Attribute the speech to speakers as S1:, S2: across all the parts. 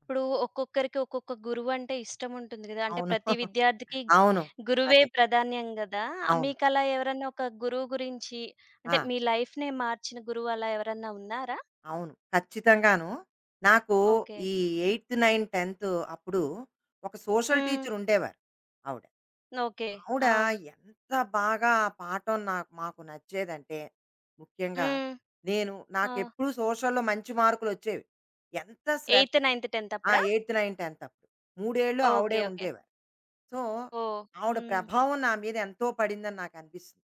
S1: ఇప్పుడు ఒక్కొక్కరికి ఒక్కొక్క గురువు అంటే ఇష్టం ఉంటుంది గదా! అంటే
S2: అవును.
S1: ప్రతి విద్యార్థికి
S2: అవును.
S1: గురువే
S2: అదే.
S1: ప్రాధాన్యం గదా!
S2: అవును.
S1: మీకలా ఎవరన్నా ఒక గురువు గురించి
S2: ఆ!
S1: అంటే మీ లైఫ్‌నే మార్చిన గురువు అలా ఎవరన్నా ఉన్నారా?
S2: అవును. ఖచ్చితంగాను. నాకు
S1: ఓకే.
S2: ఈ 8, 9, 10 అప్పుడు ఒక సోషల్
S1: హ్మ్.
S2: టీచర్ ఉండేవారు ఆవిడ.
S1: ఓకే.
S2: ఆవిడ
S1: ఆ!
S2: ఎంత బాగా ఆ పాఠం నాకు మాకు నచ్చేదంటే, ముఖ్యంగా
S1: హ్మ్.
S2: నేను
S1: ఆ!
S2: నాకెప్పుడూ సోషల్‌లో మంచి మార్కులొచ్చేవి. ఎంత
S1: 8థ్,
S2: శ్రద్
S1: 9థ్, 10థ్
S2: ఆ!
S1: అప్పుడా?
S2: 8, 9, 10 అప్పుడు. మూడేళ్ళు
S1: ఓకే.
S2: ఆవిడే
S1: ఓకే.
S2: ఉండేవారు. సో,
S1: ఓహ్!
S2: ఆవిడ
S1: హ్మ్.
S2: ప్రభావం నా మీద ఎంతో పడిందని నాకనిపిస్తుంది.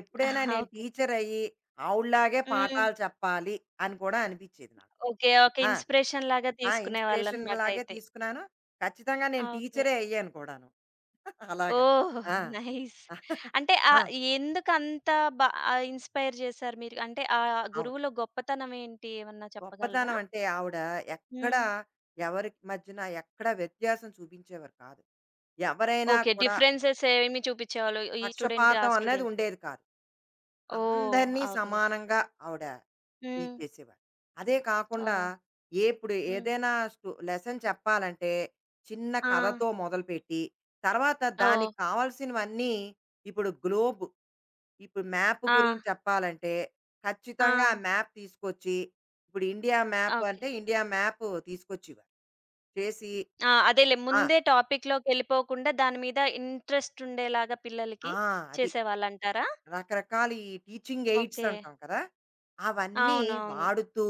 S2: ఎప్పుడైనా నేను
S1: ఓకే.
S2: టీచర్ అయ్యి ఆవుల్లాగే
S1: హ్మ్.
S2: పాఠాలు చెప్పాలి అని కూడా అనిపించేది నాకు.
S1: ఓకే. ఒక
S2: ఆ!
S1: ఇన్‌స్పిరేషన్ లాగా
S2: ఆ! ఇన్స్‌పిరేషన్
S1: తీసుకునేవాళ్ళన్నమాట
S2: లాగే
S1: అయితే.
S2: తీసుకున్నాను. ఖచ్చితంగా
S1: ఆ!
S2: నేను
S1: ఓకే.
S2: టీచరే అయ్యాను కూడాను. అలాగా.
S1: ఓహ్!
S2: ఆ!
S1: నైస్. అంటే
S2: ఆ!
S1: ఎందుకంత బా ఇన్‌స్పైర్ చేసారు మీరు? అంటే ఆ
S2: ఆవిడ.
S1: గురువులో గొప్పతనం ఏంటి ఏమన్నా చెప్పగలరా?
S2: గొప్పతనం అంటే ఆవిడ ఎక్కడ
S1: హ్మ్.
S2: ఎవరి మధ్యన ఎక్కడ వ్యత్యాసం చూపించేవారు కాదు. ఎవరైనా
S1: ఓకే.
S2: కూడా
S1: డిఫరెన్సెస్ ఏమి చూపించేవాళ్ళు? ఈ స్టూడెంట్ ఆ
S2: పక్షపాతం అనేది
S1: స్టూడెంట్‌కి.
S2: ఉండేది కాదు.
S1: ఓహ్!
S2: అందరినీ
S1: ఓకే.
S2: సమానంగా ఆవిడ
S1: హ్మ్.
S2: ఇచ్చేసేవారు. అదే కాకుండా
S1: ఓహ్!
S2: ఎప్పుడు
S1: హ్మ్.
S2: ఏదైనా లెసన్ చెప్పాలంటే చిన్న
S1: ఆ!
S2: కథతో మొదలుపెట్టి, తర్వాత
S1: ఓహ్!
S2: దానికి కావాల్సినవన్నీ ఇప్పుడు గ్లోబ్ ఇప్పుడు మ్యాప్
S1: ఆ!
S2: గురించి చెప్పాలంటే
S1: ఆ!
S2: ఖచ్చితంగా ఆ మ్యాప్ తీసుకొచ్చి, ఇప్పుడు ఇండియా మ్యాప్
S1: ఓకే.
S2: అంటే ఇండియా మ్యాప్ తీసుకొచ్చేవారు. చేసి
S1: ఆ! అదేలే
S2: ఆ!
S1: ముందే టాపిక్‌లోకెళ్ళిపోకుండా దాని మీద ఇంట్రెస్ట్ ఉండేలాగా
S2: ఆ!
S1: పిల్లలకి
S2: అది.
S1: చేసేవాళ్ళంటారా?
S2: రకరకాల ఈ టీచింగ్ ఎయిడ్స్
S1: ఓకే.
S2: అంటాం కదా! అవన్నీ
S1: అవునవును.
S2: వాడుతూ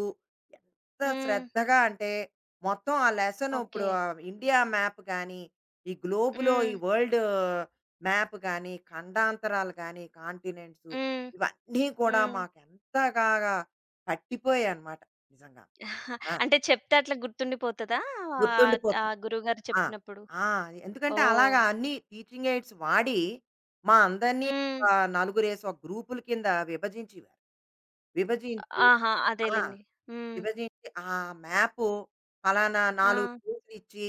S2: ఎంత
S1: హ్మ్.
S2: శ్రద్ధగా అంటే మొత్తం ఆ లెసన్ ఇప్పుడు
S1: ఓకే.
S2: ఇండియా మ్యాప్ గాని, ఈ గ్లోబ్‌లో ఈ
S1: హ్మ్.
S2: వరల్డ్ మ్యాప్ గాని, ఖండాంతరాలు గాని, కాంటినెంట్స్
S1: హ్మ్.
S2: ఇవన్నీ కూడా
S1: హ్మ్.
S2: మాకెంతగాగా పట్టిపోయాయన్నమాట నిజంగా. ఆ!
S1: అంటే చెప్తే అట్లా గుర్తుండిపోతదా? ఆ
S2: గుర్తుండిపోతుంది.
S1: గురువుగారు
S2: ఆ!
S1: చెప్పినప్పుడు?
S2: ఆ! ఎందుకంటే
S1: ఓహ్!
S2: అలాగా అన్ని టీచింగ్ ఎయిడ్స్ వాడి మా అందరినీ
S1: హ్మ్.
S2: ఒక నలుగురేసి ఒక గ్రూపుల కింద విభజించేవారు. విభజించి
S1: ఆహా!
S2: ఆ!
S1: అదేలెండి. హ్మ్.
S2: విభజించి ఆ మ్యాపు ఫలానా
S1: ఆ!
S2: 4 పేజీలిచ్చి,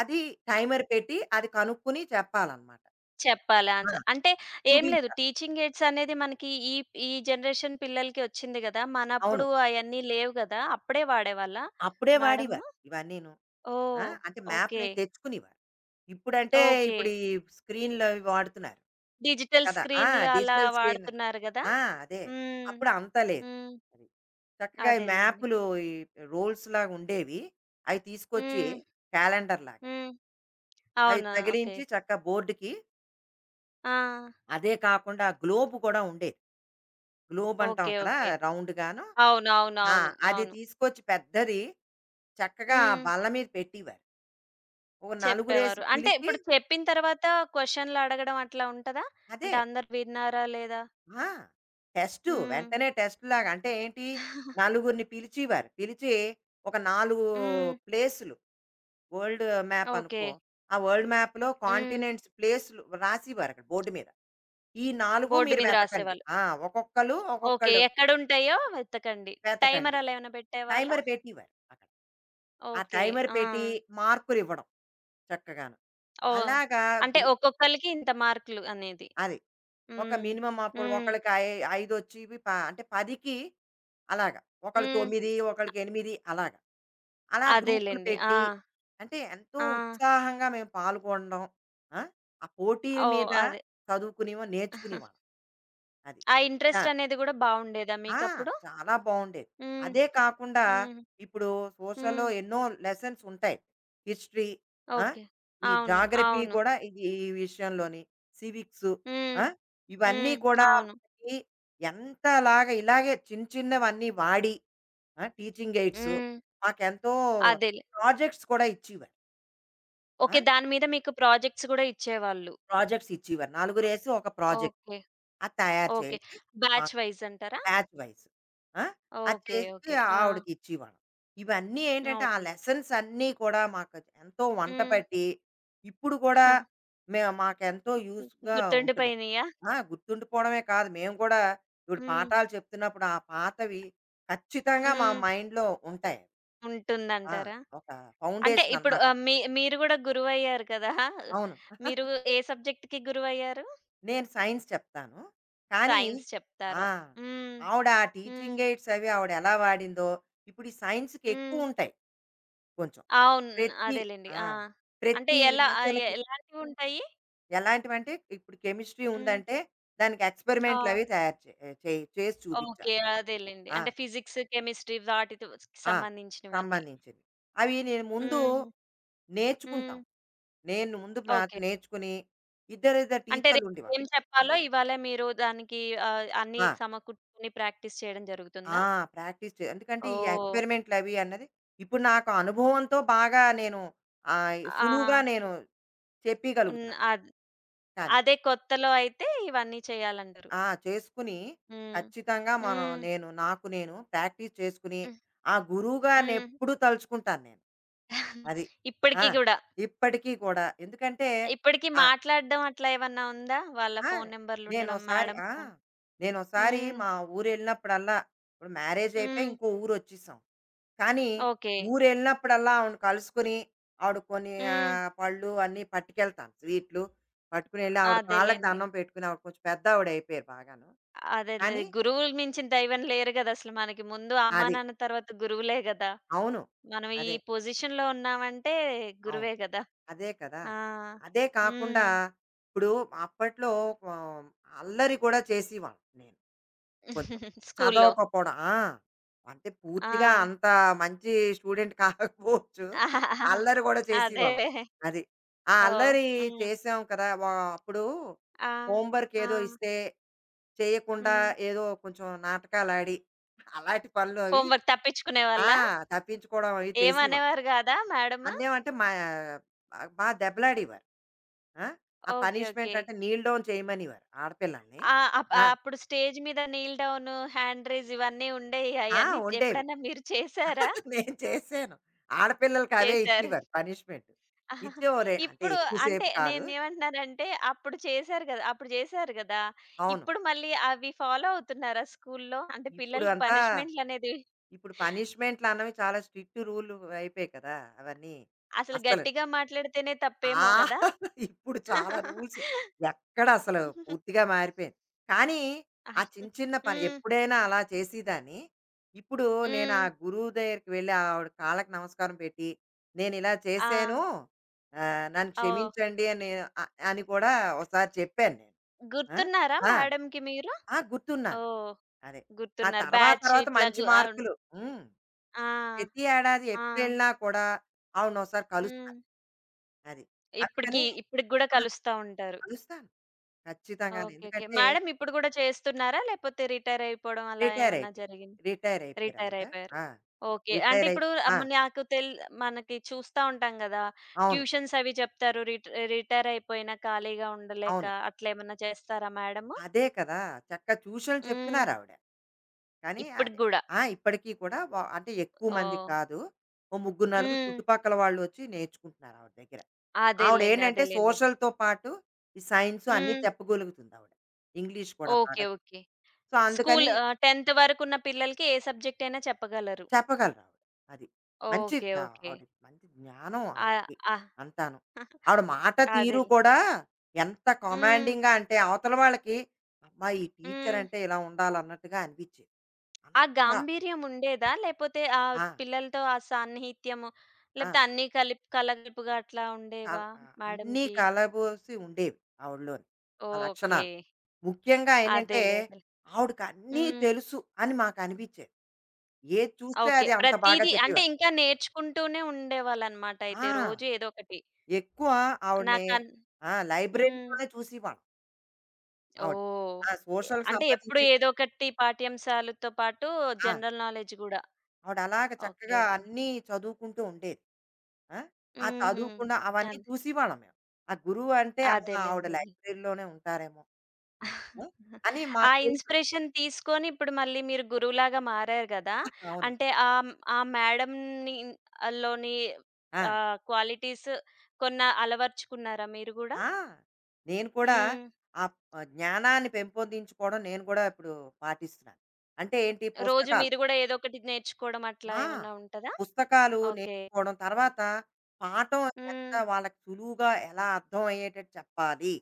S2: అది టైమర్ పెట్టి, అది కనుక్కొని చెప్పాలనమాట.
S1: చెప్పాలి
S2: ఆ!
S1: ఆన్సర్. అంటే ఏం లేదు
S2: చూపించాలి.
S1: టీచింగ్ ఎయిడ్స్ అనేది మనకి ఈ ఈ జనరేషన్ పిల్లలకి వచ్చింది గదా!
S2: అవును.
S1: మనప్పుడు అయన్నీ లేవు గదా! అప్పుడే వాడేవాళ్ళా
S2: అప్పుడే వాడేవారు
S1: మేడము?
S2: ఇవన్నీను. ఆ!
S1: ఓహ్!
S2: అంటే
S1: ఓకే.
S2: మ్యాప్‌లయి తెచ్చుకునేవారు. ఇప్పుడంటే
S1: ఓకే.
S2: ఇప్పుడు ఈ స్క్రీన్‌లవి వాడుతున్నారు.
S1: డిజిటల్
S2: కదా! ఆ!
S1: స్క్రీన్‌లు అలా
S2: డిజిటల్ స్క్రీన్.
S1: వాడుతున్నారు గదా!
S2: ఆ! అదే.
S1: హ్మ్.
S2: అప్పుడు అంత లేదు.
S1: హ్మ్.
S2: అది. చక్కగా ఈ
S1: అదేలెండి.
S2: మ్యాపులు ఈ రోల్స్‌లాగా ఉండేవి. అయి తీసుకొచ్చి
S1: హ్మ్.
S2: క్యాలెండర్‌లాగా
S1: హ్మ్.
S2: అవి
S1: అవునా! ఓకే.
S2: తగిలించి చక్క బోర్డుకి.
S1: ఆ!
S2: అదే కాకుండా గ్లోబ్ కూడా ఉండేది. గ్లోబ్ అంటాం
S1: ఓకే.
S2: కదా!
S1: ఓకే.
S2: రౌండ్‌గాను.
S1: అవును.
S2: ఆ!
S1: అవునవును. అవును.
S2: అది
S1: అవును.
S2: తీసుకొచ్చి పెద్దది చక్కగా ఆ
S1: హ్మ్.
S2: బల్ల మీద పెట్టేవారు. ఓ నలుగురేసి
S1: చెప్పేవారు. అంటే
S2: పిలిచి
S1: ఇప్పుడు చెప్పిన తర్వాత క్వెషన్‌లు అడగడం అట్లా ఉంటదా?
S2: అదే.
S1: అంటే అందరూ విన్నారా లేదా?
S2: ఆ! టెస్టు.
S1: హ్మ్.
S2: వెంటనే టెస్ట్‌లాగా. అంటే ఏంటి? నలుగురిని పిలిచేవారు. పిలిచి ఒక 4
S1: హ్మ్.
S2: ప్లేసులు వరల్డ్ మ్యాప్
S1: ఓకే.
S2: అనుకో. ఆ వరల్డ్ మ్యాప్‌లో
S1: హ్మ్.
S2: కాంటినెంట్స్ ప్లేసులు రాసేవారు అక్కడ బోర్డు మీద. ఈ 4
S1: బోర్డ్
S2: మీరు
S1: మీద
S2: వెతకండి.
S1: రాసేవాళ్ళు.
S2: ఆ! ఒక్కొక్కళ్ళు,
S1: ఓకే.
S2: ఒక్కొక్కళ్ళు
S1: ఎక్కడుంటాయో వెతకండి.
S2: వెతకండి.
S1: టైమర్ అలా ఏమైనా పెట్టేవాళ్ళా?
S2: టైమర్ పెట్టేవారు అక్కడ. ఆ
S1: ఓకే.
S2: టైమర్
S1: ఆ!
S2: పెట్టి మార్కులివ్వడం చక్కగాను.
S1: ఓహ్!
S2: అలాగా
S1: అంటే
S2: గ్రూ
S1: ఒక్కొక్కళ్ళకి ఇంత మార్కులు అనేది.
S2: అది. ఒక
S1: హ్మ్.
S2: మినిమమ్ అప్పుడు
S1: హ్మ్.
S2: ఒకళ్ళకి ఐ ఐదొచ్చేవి అంటే 10కి అలాగా. ఒకళ్ళు
S1: హ్మ్.
S2: 9, ఒకళ్ళకి 8 అలాగా. అలా గ్రూపులు
S1: అదేలెండి. ఆ!
S2: పెట్టి అంటే ఎంతో
S1: ఆ!
S2: ఉత్సాహంగా మేము పాల్గొనడం. ఆ! ఆ పోటీల
S1: ఓహ్!
S2: మీద
S1: అదే.
S2: చదువుకునేవాళ్ళం, నేర్చుకునేవాళ్ళం. అది.
S1: ఆ
S2: ఆ!
S1: ఇంట్రెస్ట్ అనేది గూడా బావుండేదా
S2: ఆ!
S1: మీకప్పుడు?
S2: చాలా బావుండేది.
S1: హ్మ్.
S2: అదే కాకుండా
S1: హ్మ్.
S2: ఇప్పుడు సోషల్‌లో
S1: హ్మ్.
S2: ఎన్నో లెసన్స్ ఉంటాయి. హిస్టరీ ఆ!
S1: ఓకే.
S2: ఈ
S1: అవును.
S2: జాగ్రఫీ
S1: అవును.
S2: కూడా ఇది ఈ విషయంలోని, సివిక్సు
S1: హ్మ్.
S2: ఆ! ఇవన్నీ
S1: హ్మ్.
S2: కూడా
S1: అవును.
S2: మనకి ఎంతలాగా ఇలాగే చిన్న చిన్నవన్నీ వాడి ఆ! టీచింగ్ ఎయిడ్సు
S1: హ్మ్.
S2: మాకెంతో
S1: అదేలే.
S2: ప్రాజెక్ట్స్ కూడా ఇచ్చేవారు. ఆ!
S1: ఓకే. దాని మీద మీకు ప్రాజెక్ట్స్ గూడా ఇచ్చేవాళ్ళు.
S2: ప్రాజెక్ట్స్ ఇచ్చేవారు. నలుగురేసి ఒక ప్రాజెక్ట్
S1: ఓకే.
S2: అది తయారు
S1: ఓకే.
S2: చేసి
S1: బ్యాచ్
S2: మాకు
S1: వైస్ అంటారా?
S2: Batch wise. ఆ! అది
S1: ఓకే.
S2: చేసి
S1: ఓకే. ఆ!
S2: ఆవిడకిచ్చేవాళ్ళం. ఇవన్నీ ఏంటంటే, ఆ
S1: ఓకే.
S2: లెసన్స్ అన్నీ కూడా మాకు ఎంతో వంట
S1: హ్మ్.
S2: పట్టి, ఇప్పుడు కూడా మాకెంతో యూజ్‌గా ఉంటున్నాయి.
S1: గుర్తుండిపోయినియా?
S2: ఆ! గుర్తుండిపోవడమే కాదు, మేము కూడా ఇప్పుడు
S1: హ్మ్.
S2: పాఠాలు చెప్తున్నప్పుడు ఆ పాతవి ఖచ్చితంగా మా
S1: హ్మ్.
S2: మైండ్‌లో ఉంటాయి. ఆ!
S1: ఉంటుందంటారా?
S2: ఒక
S1: అంటే
S2: ఫౌండేషన్
S1: ఇప్పుడు
S2: అనమాట.
S1: మీరు గూడా గురువయ్యారు కదా!
S2: అవును.
S1: మీరు ఏ సబ్జెక్ట్‌కి గురువయ్యారు?
S2: నేను సైన్స్ చెప్తాను. కానీ
S1: సైన్స్
S2: ఆ!
S1: చెప్తారు. హ్మ్.
S2: ఆవిడ ఆ
S1: హ్మ్.
S2: టీచింగ్ ఎయిడ్స్ అవి ఆవిడెలా వాడిందో, ఇప్పుడు ఈ సైన్స్‌కి
S1: హ్మ్.
S2: ఎక్కువుంటాయి. కొంచెం.
S1: అవును.
S2: ప్రతి
S1: అదేలెండి.
S2: ఆ!
S1: ఆ! అంటే
S2: ప్రతి
S1: ఎలా
S2: లెసన్‌కి
S1: ఎలాంటివుంటాయి?
S2: ఎలాంటివంటే, ఇప్పుడు కెమిస్ట్రీ
S1: హ్మ్.
S2: ఉందంటే, దానికి
S1: ఆ!
S2: ఎక్స్‌పెరిమెంట్‌లవి తయారు చే చేయి చేసి చూపిచ్చాలి.
S1: ఓకే. అదేలెండి.
S2: ఆ!
S1: అంటే ఫిజిక్స్, కెమిస్ట్రీ వాటితో
S2: ఆ!
S1: సంబంధించినవన్నీ.
S2: సంబంధించినవి. అవి నేను ముందు
S1: హ్మ్.
S2: నేర్చుకుంటాం.
S1: హ్మ్.
S2: నేను ముందు నాకు
S1: ఓకే.
S2: నేర్చుకుని, ఇద్దరిద్దరు
S1: అంటే రేపు
S2: టీచర్లుండేవారు.
S1: ఏం చెప్పాలో ఇవాళే మీరు దానికి అన్నీ
S2: ఆ!
S1: సమకూర్చుకొని ప్రాక్టీస్ చేయడం జరుగుతుందా?
S2: ఆ! ప్రాక్టీస్ చే ఎందుకంటే, ఈ
S1: ఓహ్!
S2: ఎక్స్‌పెరిమెంట్‌లవి అన్నది ఇప్పుడు నాకు అనుభవంతో బాగా నేను సులువుగా
S1: ఆ!
S2: నేను
S1: ఉన్న
S2: చెప్పీగలుగుతున్నాను.
S1: అద్
S2: కానీ
S1: అదే కొత్తలో అయితే ఇవన్నీ చేయాలంటారు.
S2: ఆ! చేసుకుని
S1: హ్మ్.
S2: ఖచ్చితంగా మనం
S1: హ్మ్.
S2: నేను నాకు నేను ప్రాక్టీస్ చేసుకుని,
S1: హ్మ్.
S2: ఆ గురువు గారిని
S1: హ్మ్.
S2: ఎప్పుడూ తలుచుకుంటాను నేను.
S1: హ్మ్.
S2: అది. ఆ!
S1: ఇప్పటికి గూడా.
S2: ఇప్పటికీ కూడా. ఎందుకంటే
S1: ఇప్పటికి
S2: ఆ!
S1: మాట్లాడడం అట్లా ఏమన్నా ఉందా? వాళ్ళ
S2: ఆ!
S1: ఫోను నంబర్‌లుండడం
S2: నేనోసారి
S1: మేడం
S2: ఆ!
S1: ఫోను.
S2: నేనోసారి
S1: హ్మ్.
S2: మా ఊరెళ్ళినప్పుడల్లా ఇప్పుడు మ్యారేజయిపోయి
S1: హ్మ్.
S2: ఇంకో ఊరొచ్చేసాం. కానీ
S1: ఓకే.
S2: ఊరెళ్ళినప్పుడల్లా ఆవిడని కలుసుకుని, ఆవిడ కొన్ని
S1: హ్మ్.
S2: పళ్ళు అన్నీ పట్టుకెళ్తాను. స్వీట్లు పట్టుకునెళ్ళి ఆవిడ కాళ్ళకి
S1: అదేలెండి.
S2: దండం పెట్టుకుని ఆవిడ కొంచెం పెద్దావిడయిపోయారు బాగాను.
S1: అదేలే.
S2: కానీ
S1: గురువులు మించిన దైవం లేరు గదా! అసలు మనకి ముందు అమ్మా,
S2: అది.
S1: నాన్న తర్వాత గురువులే గదా!
S2: అవును.
S1: మనం ఈ
S2: అదే.
S1: పొజిషన్‌లో ఉన్నామంటే
S2: అవును.
S1: గురువే గదా!
S2: అదే కదా!
S1: ఆ!
S2: అదే కాకుండా
S1: హ్మ్.
S2: ఇప్పుడు అప్పట్లో ఆహ్, అల్లరి కూడా చేసేవాళ్ళం నేను కొంచెం.
S1: స్కూల్లో.
S2: చదవకపోవడం. ఆ! అంటే
S1: ఆ!
S2: పూర్తిగా అంత మంచి స్టూడెంట్ కాకపోవచ్చు. అల్లరి కూడా చేసేవాళ్ళం.
S1: అదేలే.
S2: అది. ఆ
S1: ఓహ్!
S2: అల్లరి
S1: హ్మ్.
S2: చేసాం కదా! అప్పుడు
S1: ఆ!
S2: హోంవర్క్
S1: ఆ!
S2: ఏదో ఇస్తే చేయకుండా
S1: హ్మ్.
S2: ఏదో కొంచెం నాటకాలాడి అలాంటి పనులు అవి
S1: హోమ్ వర్క్
S2: ఆ!
S1: తప్పించుకునేవాళ్ళా?
S2: తప్పించుకోవడం అవి చేసేవాళ్ళం.
S1: ఏమనేవారు గాదా మేడము?
S2: అన్యం అంటే మా దెబ్బలాడేవారు. ఆ! ఆ
S1: ఓకే.
S2: Punishment
S1: okay.
S2: అంటే నీల్‌డౌన్ చేయమనేవారు ఆడపిల్లల్ని.
S1: ఆ!
S2: ఆ!
S1: అప్పుడు స్టేజ్ మీద నీల్ డౌను, హ్యాండ్ రైజ్ ఇవన్నీ ఉండేయి.
S2: ఆ!
S1: అయన్నీ
S2: ఉండేవి.
S1: ఎప్పుడన్నా మీరు చేసారా?
S2: నేను చేశాను. ఆడపిల్లలకి అవే
S1: చేశారు.
S2: ఇచ్చేవారు పనిష్మెంట్.
S1: ఆహా.
S2: ఇచ్చే ఓ రె అంటే
S1: ఇప్పుడు
S2: ఎక్కువ
S1: అంటే
S2: సేపు కాదు.
S1: నేనేమంటున్నానంటే అప్పుడు చేశారు గదా!
S2: అవును.
S1: ఇప్పుడు మళ్ళీ అవి ఫాలో అవుతున్నారా స్కూల్లో? అంటే
S2: ఇప్పుడు
S1: పిల్లలకి
S2: అంతా
S1: పనిష్మెంట్‌లనేది
S2: ఇప్పుడు పనిష్మెంట్‌లన్నవి చాలా స్ట్రిక్ట్ రూల్ అయిపోయాయి కదా! అవన్నీ.
S1: అసలు
S2: అస్సలు
S1: గట్టిగా మాట్లాడితేనే
S2: ఆ!
S1: తప్పేమో కదా!
S2: ఇప్పుడు చాలా రూల్స్. ఎక్కడ అసలు పూర్తిగా మారిపోయింది. కానీ, ఆ చిన్న చిన్న పని
S1: హ్మ్.
S2: ఎప్పుడైనా అలా చేసేదాన్ని. ఇప్పుడు నేను
S1: హ్మ్.
S2: ఆ గురువు దగ్గరికి వెళ్ళి ఆవిడ కాళ్ళకి నమస్కారం పెట్టి, నేనిలా
S1: ఆ!
S2: చేశాను. నన్ను
S1: ఓహ్!
S2: క్షమించండి అని నేను అ అని కూడా ఒకసారి చెప్పాను నేను. ఆ!
S1: గుర్తున్నారా
S2: ఆ!
S1: మేడమ్‌కి మీరు?
S2: ఆ! గుర్తున్నాను నేను.
S1: ఓహ్!
S2: అదే. ఆ
S1: గుర్తున్నారు.
S2: తర్వాత
S1: బ్యాచ్
S2: తర్వాత
S1: ఇట్లా
S2: మంచి
S1: గు అవును.
S2: మార్కులు హ్మ్.
S1: ఆ!
S2: ప్రతి ఏడాది
S1: ఆ!
S2: ఎప్పుడెళ్ళినా కూడా ఆవిడనొకసారి
S1: హ్మ్.
S2: కలుస్తాను. అది. అందుకని
S1: ఇప్పటికి ఇప్పటికి గూడా
S2: ఆ!
S1: కలుస్తా ఉంటారు.
S2: కలుస్తాను. ఖచ్చితంగాను.
S1: ఓకే. ఓకే.
S2: ఎందుకంటే
S1: మేడం ఇప్పుడు గూడా చేస్తున్నారా? లేపోతే రిటైర్ అయిపోవడం అలా
S2: రిటైర్
S1: ఏమన్నా
S2: అయిపోయారు.
S1: జరిగిందా?
S2: రిటైర్ అయిపోయారు
S1: రిటైర్
S2: ఆవిడ.
S1: అయిపోయారు.
S2: ఆ!
S1: ఓకే. అంటే
S2: రిటైర్ అయి
S1: ఇప్పుడు
S2: ఆ!
S1: అమ్మ నాకు తెల్ మనకి చూస్తా ఉంటాం గదా!
S2: అవును.
S1: ట్యూషన్స్ అవి చెప్తారు. రిటైర్ అయిపోయినా ఖాళీగా ఉండలేక
S2: అవును.
S1: అట్లేమన్నా చేస్తారా మేడము?
S2: అదే కదా! చక్క ట్యూషన్లు
S1: హ్మ్.
S2: చెప్తున్నారావిడ. కానీ
S1: ఇప్పటికి
S2: అదే
S1: గూడా.
S2: ఆ! ఇప్పటికి కూడా అంటే ఎక్కువ మందికి
S1: ఓహ్!
S2: కాదు. ఓ ముగ్గురు, నలుగురు
S1: హ్మ్.
S2: చుట్టుపక్కల వాళ్ళొచ్చి నేర్చుకుంటున్నారు ఆవిడ దగ్గర. ఆవిడేంటంటే
S1: అదేలెండి.
S2: సోషల్‌తో పాటు ఈ సైన్స్ అన్నీ
S1: హ్మ్.
S2: చెప్పగలుగుతుందావిడ. ఇంగ్లీష్ కూడా బాగా
S1: ఓకే.
S2: చెప్తుంది.
S1: ఓకే.
S2: సో,
S1: స్కూల్
S2: అందుకని
S1: 10థ్ వరకున్న పిల్లలకి ఏ సబ్జెక్ట్ అయినా చెప్పగలరు.
S2: చెప్పగలరు ఆవిడ. అది. మంచి
S1: ఓకే. ఓకే.
S2: ఆవిడ మంచి జ్ఞానం
S1: ఆహ్,
S2: ఆవిడకి
S1: ఆహ్,
S2: అంతాను. ఆవిడ మాట తీరు
S1: అదేలే.
S2: కూడా ఎంత
S1: హ్మ్.
S2: కమాండింగ్‌గా అంటే అవతల వాళ్ళకి అబ్బా! ఈ టీచర్
S1: హ్మ్.
S2: అంటే ఇలా ఉండాలన్నట్టుగా అనిపించేది.
S1: ఆ
S2: అంత
S1: గాంభీర్యం ఉండేదా? లేపోతే ఆ
S2: ఆ!
S1: పిల్లలతో ఆ సాన్నిహిత్యము
S2: ఆ!
S1: లేపోతే అన్నీ కలిపి కలగలుపుగా అట్లా ఉండేవా
S2: అన్నీ
S1: మేడమ్‌కి?
S2: కలబోసి ఉండేవి ఆవిడలోని ఆ
S1: ఓకే.
S2: లక్షణాలు. ముఖ్యంగా ఏంటంటే
S1: అదేలే.
S2: ఆవిడకి అన్నీ
S1: హ్మ్.
S2: తెలుసు అని మాకు అనిపించేది. ఏది చూస్తే
S1: ఓకే.
S2: అది అంత బాగా
S1: ప్రతీదీ అంటే
S2: చెప్పేవారు.
S1: ఇంకా నేర్చుకుంటూనే ఉండేవాళ్ళనమాట అయితే.
S2: ఆ!
S1: రోజు ఏదో ఒకటి.
S2: ఎక్కువ ఆవిడని
S1: నాకన్
S2: ఆ!
S1: హ్మ్.
S2: లైబ్రరీలోనే చూసేవాళ్ళం. ఆవిడ.
S1: ఓహ్!
S2: ఆ!
S1: ఎ
S2: సోషల్‌కి
S1: అంటే ఎప్పుడు
S2: సంబంధించి
S1: ఏదో ఒకటి పాఠ్యాంశాలతో పాటు
S2: ఆ!
S1: జనరల్ నాలెడ్జ్ గూడా.
S2: ఆవిడ అలాగ
S1: ఓకే.
S2: చక్కగా
S1: ఓకే.
S2: అన్నీ చదువుకుంటూ ఉండేది. ఆ! ఆ
S1: హుహు.
S2: చదువుకున్న అవన్నీ
S1: అద్
S2: చూసేవాళ్ళం మేము. ఆ గురువు అంటే ఆహా!
S1: అదేలెండి.
S2: ఆవిడ
S1: అదేలే.
S2: లైబ్రరీలోనే ఉంటారేమో ఆ! ఆ! అని
S1: ఆ
S2: మాకు తెలుసు.
S1: ఇన్‌స్పిరేషన్ తీసుకొని ఇప్పుడు మళ్ళీ మీరు గురువులాగా మారారు గదా!
S2: అవును.
S1: అంటే ఆ మేడంని లోని
S2: ఆ!
S1: క్వాలిటీస్ కొన్న అలవర్చుకున్నారా మీరు గూడా?
S2: ఆ! నేను కూడా
S1: హ్మ్.
S2: ఆ జ్ఞానాన్ని పెంపొందించుకోవడం నేను కూడా ఇప్పుడు పాటిస్తున్నాను. అంటే ఏంటి
S1: రోజు
S2: పుస్తకాలు
S1: మీరు గూడా ఏదో ఒకటి నేర్చుకోవడం అట్లా
S2: ఆ!
S1: ఏమన్నా ఉంటదా?
S2: పుస్తకాలు
S1: ఓకే.
S2: నేర్చుకోవడం. తర్వాత పాఠం ఎంత
S1: హ్మ్.
S2: వాళ్ళకి సులువుగా ఎలా అర్థం అయ్యేటట్టు చెప్పాలి.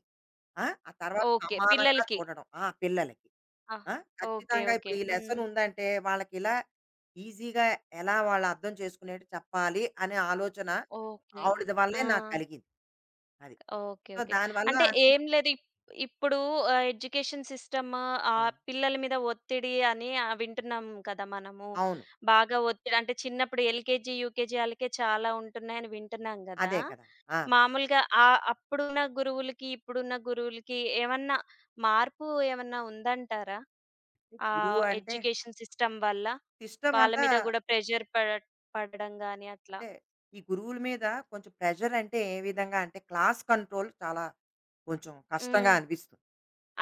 S2: ఆ! ఆ తర్వాత
S1: ఓకే.
S2: సమానంగా
S1: పిల్లలకి.
S2: చూడడం. ఆ! పిల్లలకి.
S1: ఆ!
S2: ఆ!
S1: ఓకే.
S2: ఖచ్చితంగా ఇప్పుడు
S1: ఓకే.
S2: ఈ
S1: హ్మ్.
S2: లెసన్ ఉందంటే వాళ్ళకిలా ఈజీగా ఎలా వాళ్ళు అర్థం చేసుకునేట్టు చెప్పాలి అనే ఆలోచన
S1: ఓకే.
S2: ఆవిడది వల్లే
S1: ఆ!
S2: నాకు కలిగింది. అది.
S1: ఓకే.
S2: So,
S1: okay.
S2: దానివల్ల
S1: అంటే
S2: అది
S1: ఏం లేదు. ఇప్పుడు ఎడ్యుకేషన్ సిస్టమ్
S2: ఆ!
S1: పిల్లల మీద ఒత్తిడి అని వింటున్నాం కదా! మనము.
S2: అవును.
S1: బాగా ఒత్తిడి అంటే చిన్నప్పుడు ఎల్‌కేజీ, యూకేజీ ఆళ్ళకే చాలా ఉంటున్నాయని వింటున్నాం గదా!
S2: అదే కదా! ఆ!
S1: మామూలుగా అప్పుడున్న గురువులకి, ఇప్పుడున్న గురువులకి ఏమన్నా మార్పు ఏమన్నా ఉందంటారా?
S2: గురువు అంటే
S1: ఎడ్యుకేషన్ సిస్టమ్ వల్ల? వాళ్ళ
S2: సిస్టమంతా
S1: మీద గూడా ప్రెషర్ పడ పడడం గాని అట్లా?
S2: అంటే ఈ గురువుల మీద కొంచెం ప్రెషర్ అంటే ఏ విధంగా అంటే క్లాస్ కంట్రోల్ చాలా కొంచెం కష్టంగా
S1: హ్మ్.
S2: అనిపిస్తుంది.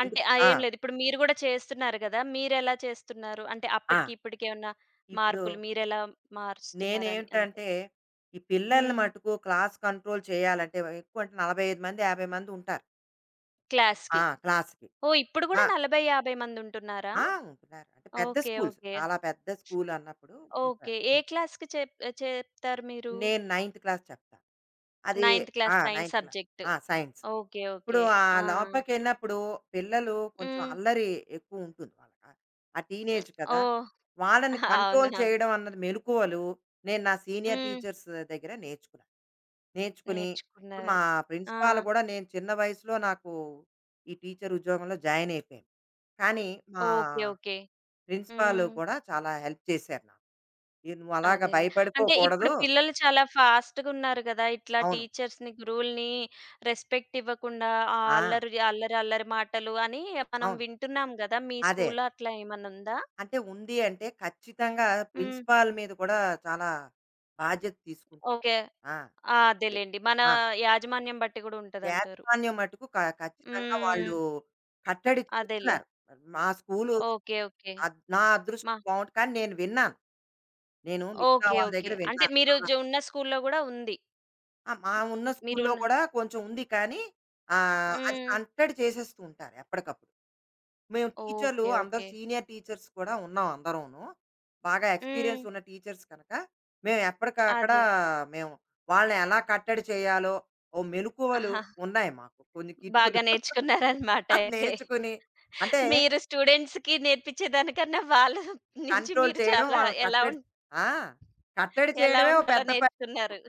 S1: అంటే
S2: ఎందుకు ఆ!
S1: ఏం లేదు. ఇప్పుడు మీరు గూడా చేస్తున్నారు గదా! మీరెలా చేస్తున్నారు? అంటే
S2: ఆ!
S1: అప్పటికి, ఇప్పటికి ఏమన్నా
S2: ఇప్పుడు
S1: మార్పులు మారుస్తున్నారని అంతే.
S2: నేనేంటంటే, ఈ పిల్లల్ని
S1: హ్మ్.
S2: మట్టుకు క్లాస్ కంట్రోల్ చేయాలంటే, ఎక్కువ అంటే 45 మంది, 50 మంది ఉంటారు. ఆ!
S1: క్లాస్‌కి.
S2: క్లాస్‌కి.
S1: ఓహ్! ఇప్పుడు గూడా
S2: ఆ!
S1: 40, 50 మందుంటున్నారా?
S2: ఆ! ఉంటున్నారు. అంటే పెద్ద
S1: ఓకే.
S2: స్కూల్స్.
S1: ఓకే.
S2: చాలా పెద్ద స్కూల్ అన్నప్పుడు
S1: ఓకే.
S2: ఉంటారు.
S1: ఏ
S2: హ్మ్.
S1: క్లాస్‌కి చెప్ చెప్తారు మీరు?
S2: నేను నైన్త్ క్లాస్ చెప్తా. అది
S1: నైన్త్
S2: ఆ!
S1: Class science
S2: ninth class.
S1: Subject.
S2: ఆ! సైన్స్.
S1: ఓకే.
S2: ఇప్పుడు
S1: ఓకే.
S2: ఆ
S1: ఆ!
S2: లోపలికెళ్ళినప్పుడు పిల్లలు కొంచెం
S1: హ్మ్.
S2: అల్లరి ఎక్కువ ఉంటుంది వాళ్ళకి. ఆ
S1: హ్మ్.
S2: టీనేజ్ కదా!
S1: ఓహ్!
S2: వాళ్ళని కంట్రోల్
S1: అవునవును.
S2: చేయడం అన్నది మెలకువలు నేను నా సీనియర్
S1: హ్మ్.
S2: టీచర్స్ దగ్గర నేర్చుకున్నాను. నేర్చుకుని, ఇప్పుడు మా
S1: నేర్చుకున్నారు. ఆ!
S2: ప్రిన్సిపాల్ కూడా నేను చిన్న వయసులో నాకు ఈ టీచర్ ఉద్యోగంలో జాయిన్ అయిపోయాను. కానీ మా
S1: ఓకే. ఓకే.
S2: ప్రిన్సిపాల్
S1: హ్మ్.
S2: కూడా చాలా హెల్ప్ చేశారు నాకు. "ఏ నువ్వు అలాగా
S1: అదేలే. అంటే ఇప్పుడు
S2: భయపడిపోకూడదు"
S1: పిల్లలు చాలా ఫాస్ట్‌గున్నారు గదా! ఇట్లా
S2: అవును.
S1: టీచర్స్‌ని, గురువుల్ని రెస్పెక్ట్ ఇవ్వకుండా ఆ
S2: ఆ!
S1: అల్లరి, అల్లరి, అల్లరి మాటలు అని మనం
S2: అవును.
S1: వింటున్నాం గదా! మీ
S2: అదే.
S1: స్కూల్‌లో అట్లా ఏమన్నా ఉందా?
S2: అంటే ఉంది అంటే ఖచ్చితంగా
S1: హ్మ్.
S2: ప్రిన్సిపాల్ మీద కూడా చాలా బాధ్యత తీసుకుంటారు.
S1: ఓకే.
S2: ఆ!
S1: ఆ!
S2: అదే.
S1: అదేలెండి. మన
S2: ఆ!
S1: యాజమాన్యం బట్టి గూడా ఉంటదంటారు.
S2: యాజమాన్యం మటుకు ఖచ్చితంగా
S1: హ్మ్.
S2: వాళ్ళు కట్టడి
S1: అదేలే.
S2: చేస్తున్నారు. మా స్కూలు
S1: ఓకే. ఓకే.
S2: నా
S1: మా
S2: అదృష్టం బావుండి కానీ నేను విన్నాను. నేను మిగతా
S1: ఓకే.
S2: వాళ్ళ
S1: ఓకే.
S2: దగ్గర
S1: అంటే
S2: విన్నాను.
S1: మీరు
S2: అవునా!
S1: జు ఉన్న స్కూల్‌లో గూడా ఉంది.
S2: ఆ! మా ఉన్న స్కూల్‌లో
S1: మీరున్న
S2: కూడా కొంచెం ఉంది కానీ, అది
S1: హ్మ్.
S2: కట్టడి చేసేస్తూ ఉంటారు ఎప్పటికప్పుడు. మేము టీచర్‌లు
S1: ఓకే.
S2: అందరూ
S1: ఓకే.
S2: సీనియర్ టీచర్స్ కూడా ఉన్నాం అందరూను. బాగా ఎక్స్‌పీరియన్స్
S1: హ్మ్.
S2: ఉన్న టీచర్స్ కనుక, మేము ఎప్పటికక్కడ
S1: అదే.
S2: మేము వాళ్ళని ఎలా కట్టడి చేయాలో, ఓ మెలుకువలు
S1: ఆహా!
S2: ఉన్నాయి మాకు. కొన్ని కిటుకులు.
S1: బాగా నేర్చుకున్నారనమాట అయితే.
S2: నేర్చుకుని అంటే
S1: మీరు స్టూడెంట్స్‌కి నేర్పించే దానికన్నా వాళ్ళ నుంచి
S2: కంట్రోల్
S1: మీరు
S2: చేయడం,
S1: చాలా
S2: వాళ్ళని
S1: ఎలా
S2: కట్టడి
S1: ఉం
S2: ఆ! కట్టడి
S1: ఎలా
S2: చేయడమే ఓ
S1: ఉండాలో
S2: పెద్ద పని.
S1: నేర్చుకున్నారు.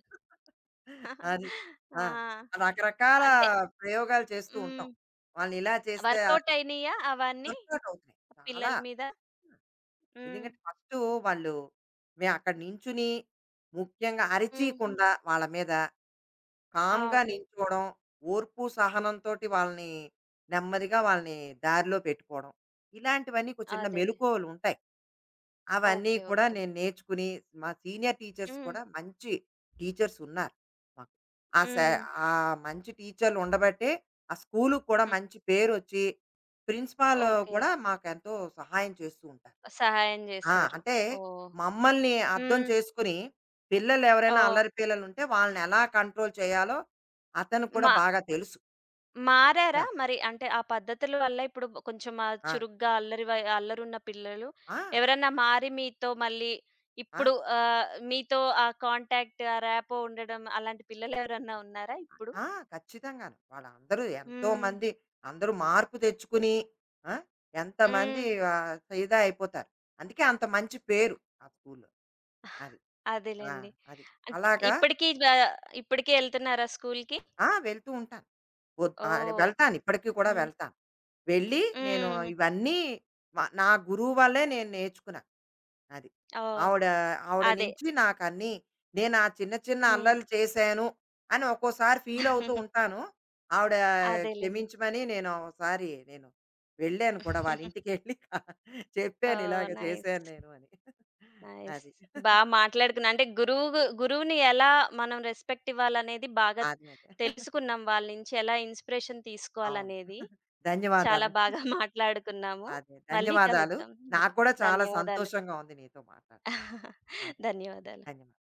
S2: అది. ఆ!
S1: ఆ!
S2: రకరకాల
S1: అంటే
S2: ప్రయోగాలు చేస్తూ ఉంటాం.
S1: హ్మ్.
S2: వాళ్ళని ఇలా చేస్తే
S1: వర్కౌట్ అయినయా అవన్నీ
S2: వర్కౌట్ అవుతున్నాయి.
S1: పిల్లల
S2: చాలా.
S1: మీద? హ్మ్.
S2: ఎందుకంటే ఫస్టు వాళ్ళు మేము అక్కడ నించుని, ముఖ్యంగా
S1: హ్మ్.
S2: అరిచీయకుండా వాళ్ళ మీద
S1: ఆ!
S2: కామ్‌గా
S1: ఓకే.
S2: నించోవడం, ఓర్పు సహనంతోటి వాళ్ళని నెమ్మదిగా వాళ్ళని దారిలో పెట్టుకోవడం. ఇలాంటివన్నీ ఒక చిన్న
S1: అదేలే.
S2: మెలుకువలుంటాయి. అవన్నీ
S1: ఓకే.
S2: కూడా
S1: ఓకే.
S2: నేను నేర్చుకుని, మా సీనియర్ టీచర్స్
S1: హ్మ్.
S2: కూడా మంచి టీచర్స్ ఉన్నారు మాకు. ఆ సా
S1: హ్మ్.
S2: ఆ మంచి టీచర్లు ఉండబట్టే, ఆ స్కూలుకి కూడా
S1: హ్మ్.
S2: మంచి పేరొచ్చి, ప్రిన్సిపాల్
S1: ఓకే.
S2: కూడా మాకెంతో సహాయం చేస్తూ ఉంటారు.
S1: సహాయం
S2: ఆ!
S1: జేశారు.
S2: అంటే,
S1: ఓహ్!
S2: మమ్మల్ని అర్థం
S1: హ్మ్.
S2: చేసుకొని, పిల్లలెవరైనా
S1: ఓహ్!
S2: అల్లరి పిల్లలుంటే వాళ్ళనెలా కంట్రోల్ చేయాలో అతనికి కూడా
S1: మా
S2: బాగా తెలుసు.
S1: మారారా?
S2: ఆ!
S1: మరి అంటే ఆ పద్ధతుల వల్ల ఇప్పుడు కొంచెం
S2: ఆ!
S1: చురుగ్గా అల్లరి వై అల్లరున్న పిల్లలు
S2: ఆ!
S1: ఎవరన్నా మారి మీతో మళ్ళీ
S2: ఆ!
S1: ఇప్పుడు మీతో ఆ కాంటాక్ట్, ఆ ర్యాపో ఉండడం అలాంటి పిల్లలెవరన్నా ఉన్నారా ఇప్పుడు?
S2: ఆ! ఖచ్చితంగాను. వాళ్ళందరూ
S1: హ్మ్.
S2: ఎంతోమంది అందరూ మార్పు తెచ్చుకుని ఆ! ఎంతమంది
S1: హ్మ్.
S2: ఆహ్, ఇదా అయిపోతారు. అందుకే అంత మంచి పేరు ఆ స్కూల్‌లో. అది. ఆ!
S1: అదేలెండి.
S2: అది.
S1: అంట్
S2: అలాగా
S1: ఇప్పటికి వ ఇప్పటికే ఎళ్తున్నారా స్కూల్‌కి?
S2: ఆ! వెళ్తూ ఉంటాను.
S1: ఓహ్!
S2: వెళ్తాను ఇప్పటికి కూడా
S1: హ్మ్.
S2: వెళ్తాను. వెళ్ళి నేను
S1: హ్మ్.
S2: ఇవన్నీ నా గురువు వల్లే నేను నేర్చుకున్నాను. అది.
S1: ఓహ్!
S2: ఆవిడ, ఆవిడ
S1: అదే.
S2: నుంచి నాకన్నీ నేను ఆ చిన్న, చిన్న
S1: హ్మ్.
S2: అల్లర్లు చేశాను అని ఒక్కోసారి ఫీలవుతూ ఉంటాను. ఆవిడ
S1: అదేలెండి.
S2: క్షమించమని నేను ఒకసారి నేను వెళ్ళాను
S1: ఓహ్!
S2: కూడా వాళ్ళింటికెళ్ళి చెప్పాను ఇలాగ చేశాను
S1: నైస్.
S2: నేను అని.
S1: నైస్.
S2: అది.
S1: బా మాట్లాడుకున్నా. అంటే గురువుని ఎలా మనం రెస్పెక్ట్ ఇవ్వాలనేది బాగా
S2: అదే. అదే.
S1: తెలుసుకున్నాం. వాళ్ళ నుంచి ఎలా ఇన్‌స్పిరేషన్
S2: అవును.
S1: తీసుకోవాలనేది.
S2: ధన్యవాదాలు.
S1: చాలా బాగా మాట్లాడుకున్నాము.
S2: అదే.
S1: మళ్ళీ
S2: ధన్యవాదాలు.
S1: కలుద్దాం. ధ
S2: నాకు కూడా చాలా
S1: ధన్యవాదాలు.
S2: సంతోషంగా ఉంది నీతో మాట్లాడడం. అదే.
S1: ధన్యవాదాలు.
S2: ధన్యవాదాలు.